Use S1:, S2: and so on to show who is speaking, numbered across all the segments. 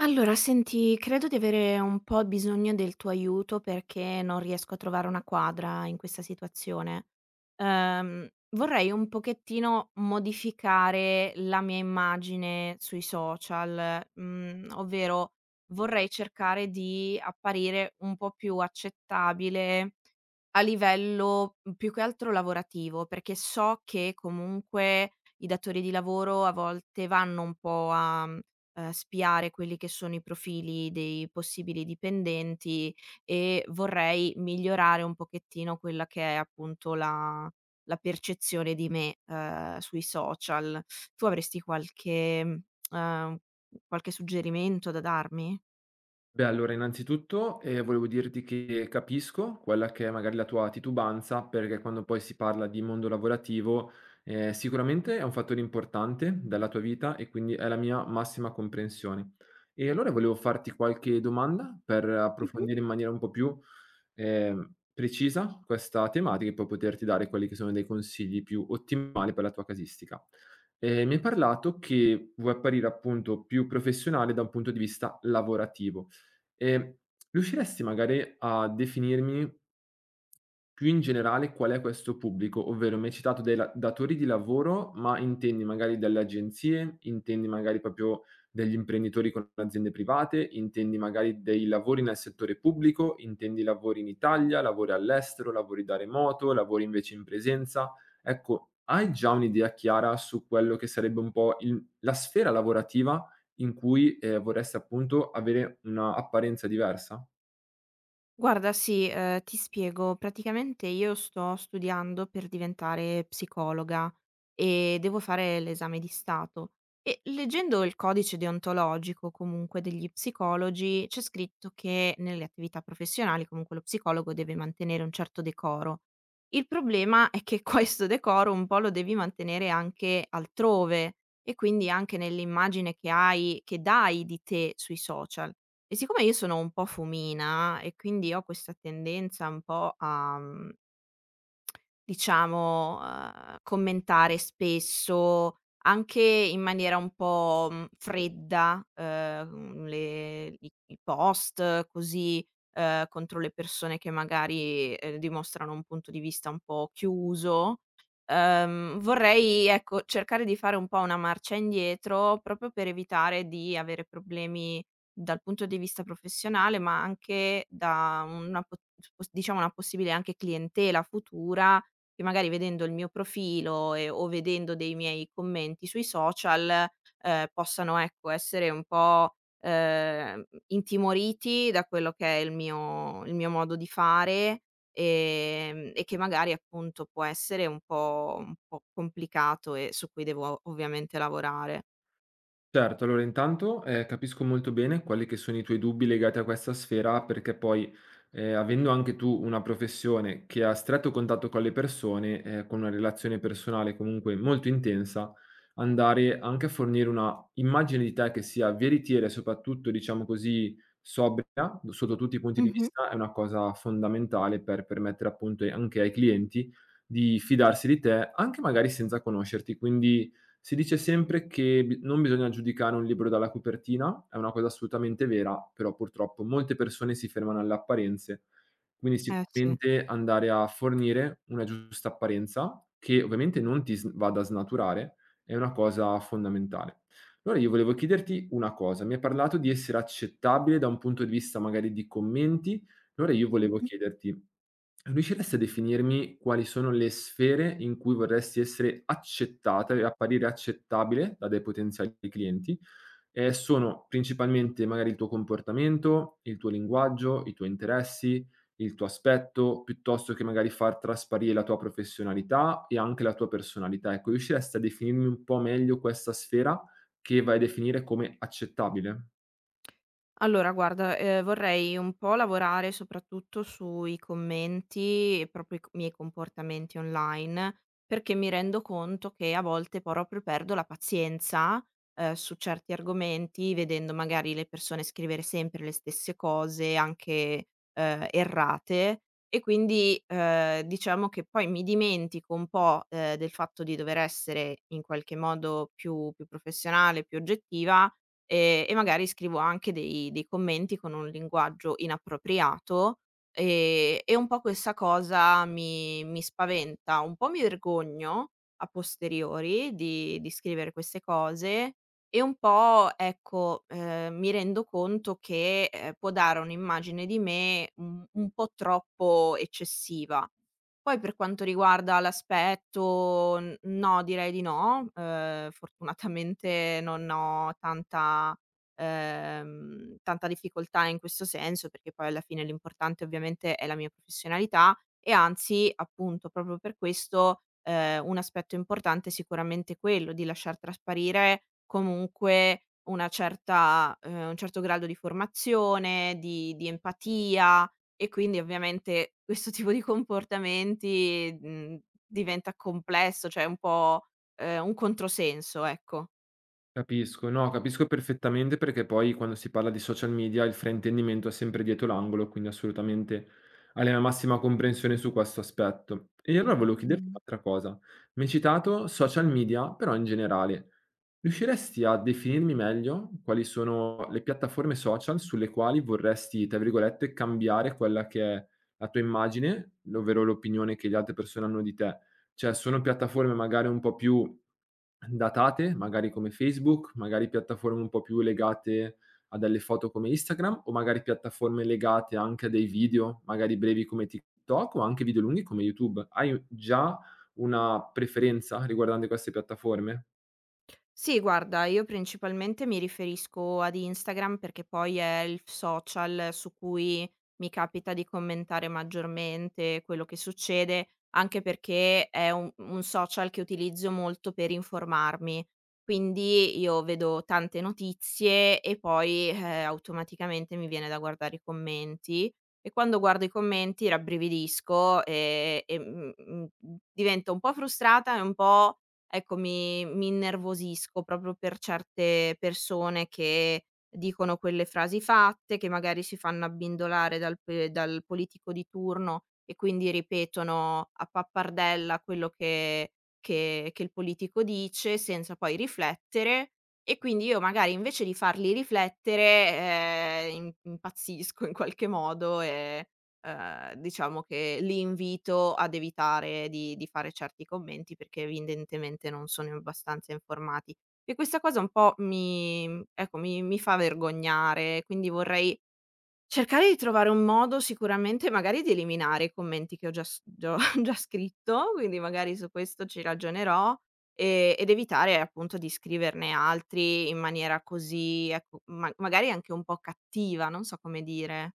S1: Allora, senti, credo di avere un po' bisogno del tuo aiuto perché non riesco a trovare una quadra in questa situazione. Ehm, Vorrei un pochettino modificare la mia immagine sui social, ovvero vorrei cercare di apparire un po' più accettabile a livello, più che altro lavorativo, perché so che comunque i datori di lavoro a volte vanno un po' a spiare quelli che sono i profili dei possibili dipendenti e vorrei migliorare un pochettino quella che è appunto la percezione di me, sui social. Tu avresti qualche, ehm, qualche suggerimento da darmi?
S2: Beh, allora innanzitutto, volevo dirti che capisco quella che è magari la tua titubanza, perché quando poi si parla di mondo lavorativo, sicuramente è un fattore importante della tua vita e quindi è la mia massima comprensione. E allora volevo farti qualche domanda per
S1: Mh-mh.
S2: approfondire in maniera un po' più precisa questa tematica e poi poterti dare quelli che sono dei consigli più ottimali per la tua casistica. Mi hai parlato che vuoi apparire appunto più professionale da un punto di vista lavorativo. Ehm, Riusciresti magari a definirmi più in generale qual è questo pubblico? Ovvero mi hai citato dei la datori di lavoro, ma intendi magari delle agenzie, intendi magari proprio degli imprenditori con aziende private, intendi magari dei lavori nel settore pubblico, intendi lavori in Italia, lavori all'estero, lavori da remoto, lavori invece in presenza? Ecco, hai già un'idea chiara su quello che sarebbe un po' il la sfera lavorativa in cui, vorresti appunto avere una apparenza diversa?
S1: Guarda, sì, ti spiego. Praticamente io sto studiando per diventare psicologa e devo fare l'esame di Stato e leggendo il codice deontologico comunque degli psicologi, c'è scritto che nelle attività professionali comunque lo psicologo deve mantenere un certo decoro. Il problema è che questo decoro un po' lo devi mantenere anche altrove e quindi anche nell'immagine che hai che dai di te sui social. E siccome io sono un po' fumina e quindi ho questa tendenza un po' a commentare spesso, anche in maniera un po', fredda, le i post così, contro le persone che magari, dimostrano un punto di vista un po' chiuso. Vorrei, ecco, cercare di fare un po' una marcia indietro, proprio per evitare di avere problemi dal punto di vista professionale, ma anche da una po diciamo una possibile anche clientela futura che magari vedendo il mio profilo e o vedendo dei miei commenti sui social, possano, ecco, essere un po', intimoriti da quello che è il mio modo di fare, e che magari, appunto, può essere un po' complicato e su cui devo ovviamente lavorare.
S2: Certo, allora intanto, capisco molto bene quelli che sono i tuoi dubbi legati a questa sfera, perché poi, avendo anche tu una professione che ha stretto contatto con le persone, con una relazione personale comunque molto intensa, andare anche a fornire una immagine di te che sia veritiera e soprattutto, diciamo così, sobria, sotto tutti i punti di
S1: Mh-mh.
S2: vista, è una cosa fondamentale per permettere appunto anche ai clienti di fidarsi di te, anche magari senza conoscerti. Quindi si dice sempre che bi non bisogna giudicare un libro dalla copertina, è una cosa assolutamente vera, però purtroppo molte persone si fermano alle apparenze. Quindi
S1: Eh sì. Mh-mh.
S2: sicuramente andare a fornire una giusta apparenza, che ovviamente non ti s vada a snaturare, è una cosa fondamentale. Allora io volevo chiederti una cosa: mi hai parlato di essere accettabile da un punto di vista magari di commenti, allora io volevo chiederti Riusciresti a definirmi quali sono le sfere in cui vorresti essere accettata e apparire accettabile da dei potenziali clienti? Sono principalmente magari il tuo comportamento, il tuo linguaggio, i tuoi interessi, il tuo aspetto, piuttosto che magari far trasparire la tua professionalità e anche la tua personalità. Ecco, riusciresti a definirmi un po' meglio questa sfera che vai a definire come accettabile?
S1: Allora guarda, vorrei un po' lavorare soprattutto sui commenti e proprio i c miei comportamenti online, perché mi rendo conto che a volte proprio perdo la pazienza, su certi argomenti, vedendo magari le persone scrivere sempre le stesse cose, anche, errate, e quindi, diciamo che poi mi dimentico un po', del fatto di dover essere in qualche modo più professionale, più oggettiva. E magari scrivo anche dei commenti con un linguaggio inappropriato, e un po' questa cosa mi spaventa. Un po' mi vergogno a posteriori di scrivere queste cose e un po', ecco, mi rendo conto che, può dare un'immagine di me un po' troppo eccessiva. Poi per quanto riguarda l'aspetto, n no, direi di no. Fortunatamente non ho tanta tanta difficoltà in questo senso, perché poi alla fine l'importante ovviamente è la mia professionalità e anzi, appunto, proprio per questo, un aspetto importante è sicuramente quello di lasciar trasparire comunque una certa un certo grado di formazione, di empatia, e quindi ovviamente questo tipo di comportamenti, diventa complesso, cioè è un po', un controsenso, ecco.
S2: Capisco, no, capisco perfettamente perché poi quando si parla di social media il fraintendimento è sempre dietro l'angolo, quindi assolutamente hai la mia massima comprensione su questo aspetto. E allora volevo chiederti un'altra cosa. Mi hai citato social media, però in generale, riusciresti a definirmi meglio quali sono le piattaforme social sulle quali vorresti, tra virgolette, cambiare quella che è la tua immagine, ovvero l'opinione che le altre persone hanno di te? Cioè sono piattaforme magari un po' più datate, magari come Facebook, magari piattaforme un po' più legate a delle foto come Instagram o magari piattaforme legate anche a dei video, magari brevi come TikTok o anche video lunghi come YouTube. Hai già una preferenza riguardante queste piattaforme?
S1: Sì, guarda, io principalmente mi riferisco ad Instagram perché poi è il social su cui mi capita di commentare maggiormente quello che succede, anche perché è un social che utilizzo molto per informarmi. Quindi io vedo tante notizie e poi automaticamente mi viene da guardare i commenti e quando guardo i commenti rabbrividisco e divento un po' frustrata e un po', ecco, mi innervosisco proprio per certe persone che dicono quelle frasi fatte, che magari si fanno abbindolare dal pe dal politico di turno e quindi ripetono a pappardella quello che il politico dice senza poi riflettere, e quindi io magari invece di farli riflettere, im impazzisco in qualche modo. E Diciamo che li invito ad evitare di fare certi commenti perché evidentemente non sono abbastanza informati. E questa cosa un po' mi, ecco, mi fa vergognare, quindi vorrei cercare di trovare un modo sicuramente magari di eliminare i commenti che ho già s già già scritto, quindi magari su questo ci ragionerò, ed evitare appunto di scriverne altri in maniera così, ecco, ma magari anche un po' cattiva, non so come dire.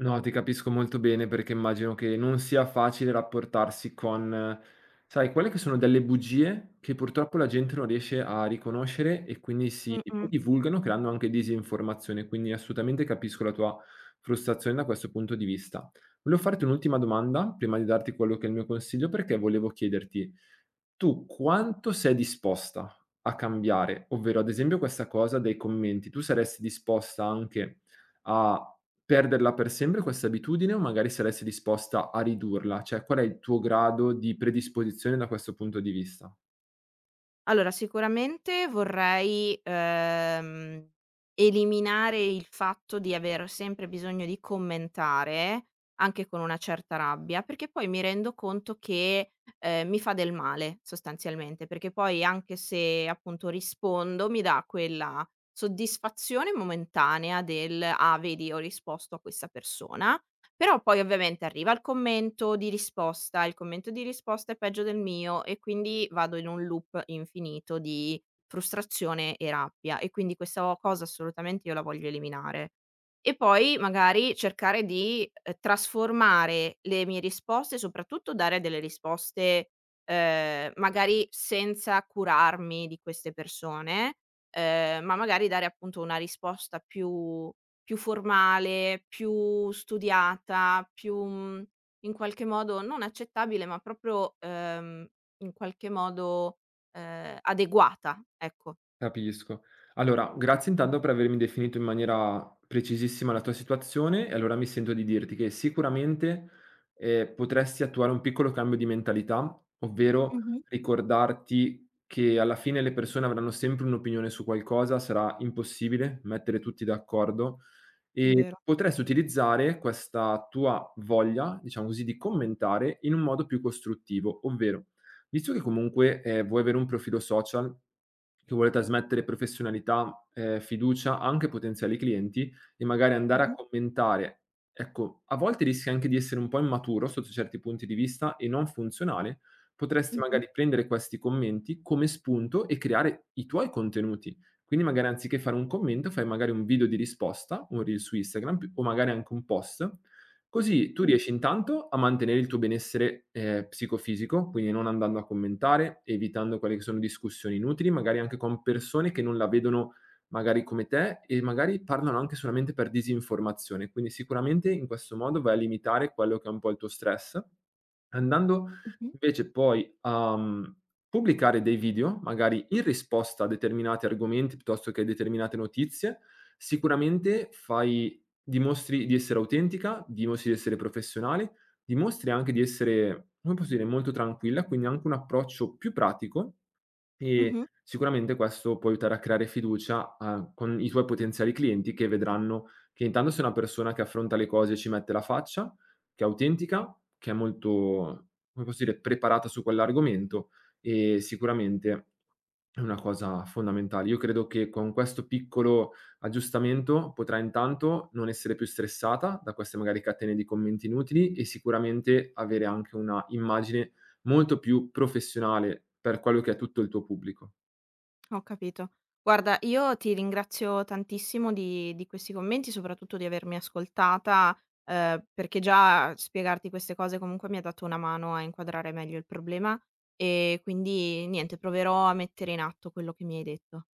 S2: No, ti capisco molto bene perché immagino che non sia facile rapportarsi con, sai, quelle che sono delle bugie che purtroppo la gente non riesce a riconoscere e quindi si poi
S1: Mh-mh.
S2: divulgano creando anche disinformazione, quindi assolutamente capisco la tua frustrazione da questo punto di vista. Volevo farti un'ultima domanda prima di darti quello che è il mio consiglio perché volevo chiederti, tu quanto sei disposta a cambiare? Ovvero, ad esempio, questa cosa dei commenti, tu saresti disposta anche a perderla per sempre questa abitudine o magari saresti disposta a ridurla? Cioè, qual è il tuo grado di predisposizione da questo punto di vista?
S1: Allora, sicuramente vorrei, eliminare il fatto di aver sempre bisogno di commentare, anche con una certa rabbia, perché poi mi rendo conto che, mi fa del male sostanzialmente, perché poi anche se appunto rispondo mi dà quella soddisfazione momentanea del: "Ah, vedi ho risposto a questa persona", però poi ovviamente arriva il commento di risposta, il commento di risposta è peggio del mio e quindi vado in un loop infinito di frustrazione e rabbia, e quindi questa o cosa assolutamente io la voglio eliminare. E poi magari cercare di, trasformare le mie risposte, soprattutto dare delle risposte, magari senza curarmi di queste persone, ma magari dare appunto una risposta più formale, più studiata, più, in qualche modo non accettabile, ma proprio, in qualche modo, adeguata, ecco.
S2: Capisco. Allora, grazie intanto per avermi definito in maniera precisissima la tua situazione e allora mi sento di dirti che sicuramente, potresti attuare un piccolo cambio di mentalità, ovvero
S1: Mh-mh.
S2: ricordarti che alla fine le persone avranno sempre un'opinione su qualcosa, sarà impossibile mettere tutti d'accordo e
S1: Vero.
S2: potresti utilizzare questa tua voglia, diciamo così, di commentare in un modo più costruttivo, ovvero visto che comunque, vuoi avere un profilo social che vuole trasmettere professionalità, fiducia anche ai potenziali clienti e magari andare a
S1: Mh-mh.
S2: commentare ecco, a volte rischi anche di essere un po' immaturo sotto certi punti di vista e non funzionale, potresti
S1: Mh-mh.
S2: magari prendere questi commenti come spunto e creare i tuoi contenuti. Quindi magari anziché fare un commento, fai magari un video di risposta, un reel su Instagram pi o magari anche un post. Così tu
S1: Mh.
S2: riesci intanto a mantenere il tuo benessere, psicofisico, quindi non andando a commentare, evitando quelle che sono discussioni inutili, magari anche con persone che non la vedono magari come te e magari parlano anche solamente per disinformazione. Quindi sicuramente in questo modo vai a limitare quello che è un po' il tuo stress, andando
S1: Mh-mh.
S2: invece poi a, pubblicare dei video, magari in risposta a determinati argomenti piuttosto che a determinate notizie, sicuramente fai Dimostri di essere autentica, dimostri di essere professionale, dimostri anche di essere, come posso dire, molto tranquilla, quindi anche un approccio più pratico e
S1: Mh-mh.
S2: sicuramente questo può aiutare a creare fiducia, con i tuoi potenziali clienti che vedranno che intanto sei una persona che affronta le cose e ci mette la faccia, che è autentica, che è molto, come posso dire, preparata su quell'argomento e sicuramente è una cosa fondamentale. Io credo che con questo piccolo aggiustamento potrà intanto non essere più stressata da queste magari catene di commenti inutili e sicuramente avere anche una immagine molto più professionale per quello che è tutto il tuo pubblico.
S1: Ho capito. Guarda, io ti ringrazio tantissimo di questi commenti, soprattutto di avermi ascoltata, perché già spiegarti queste cose comunque mi ha dato una mano a inquadrare meglio il problema e quindi niente, proverò a mettere in atto quello che mi hai detto.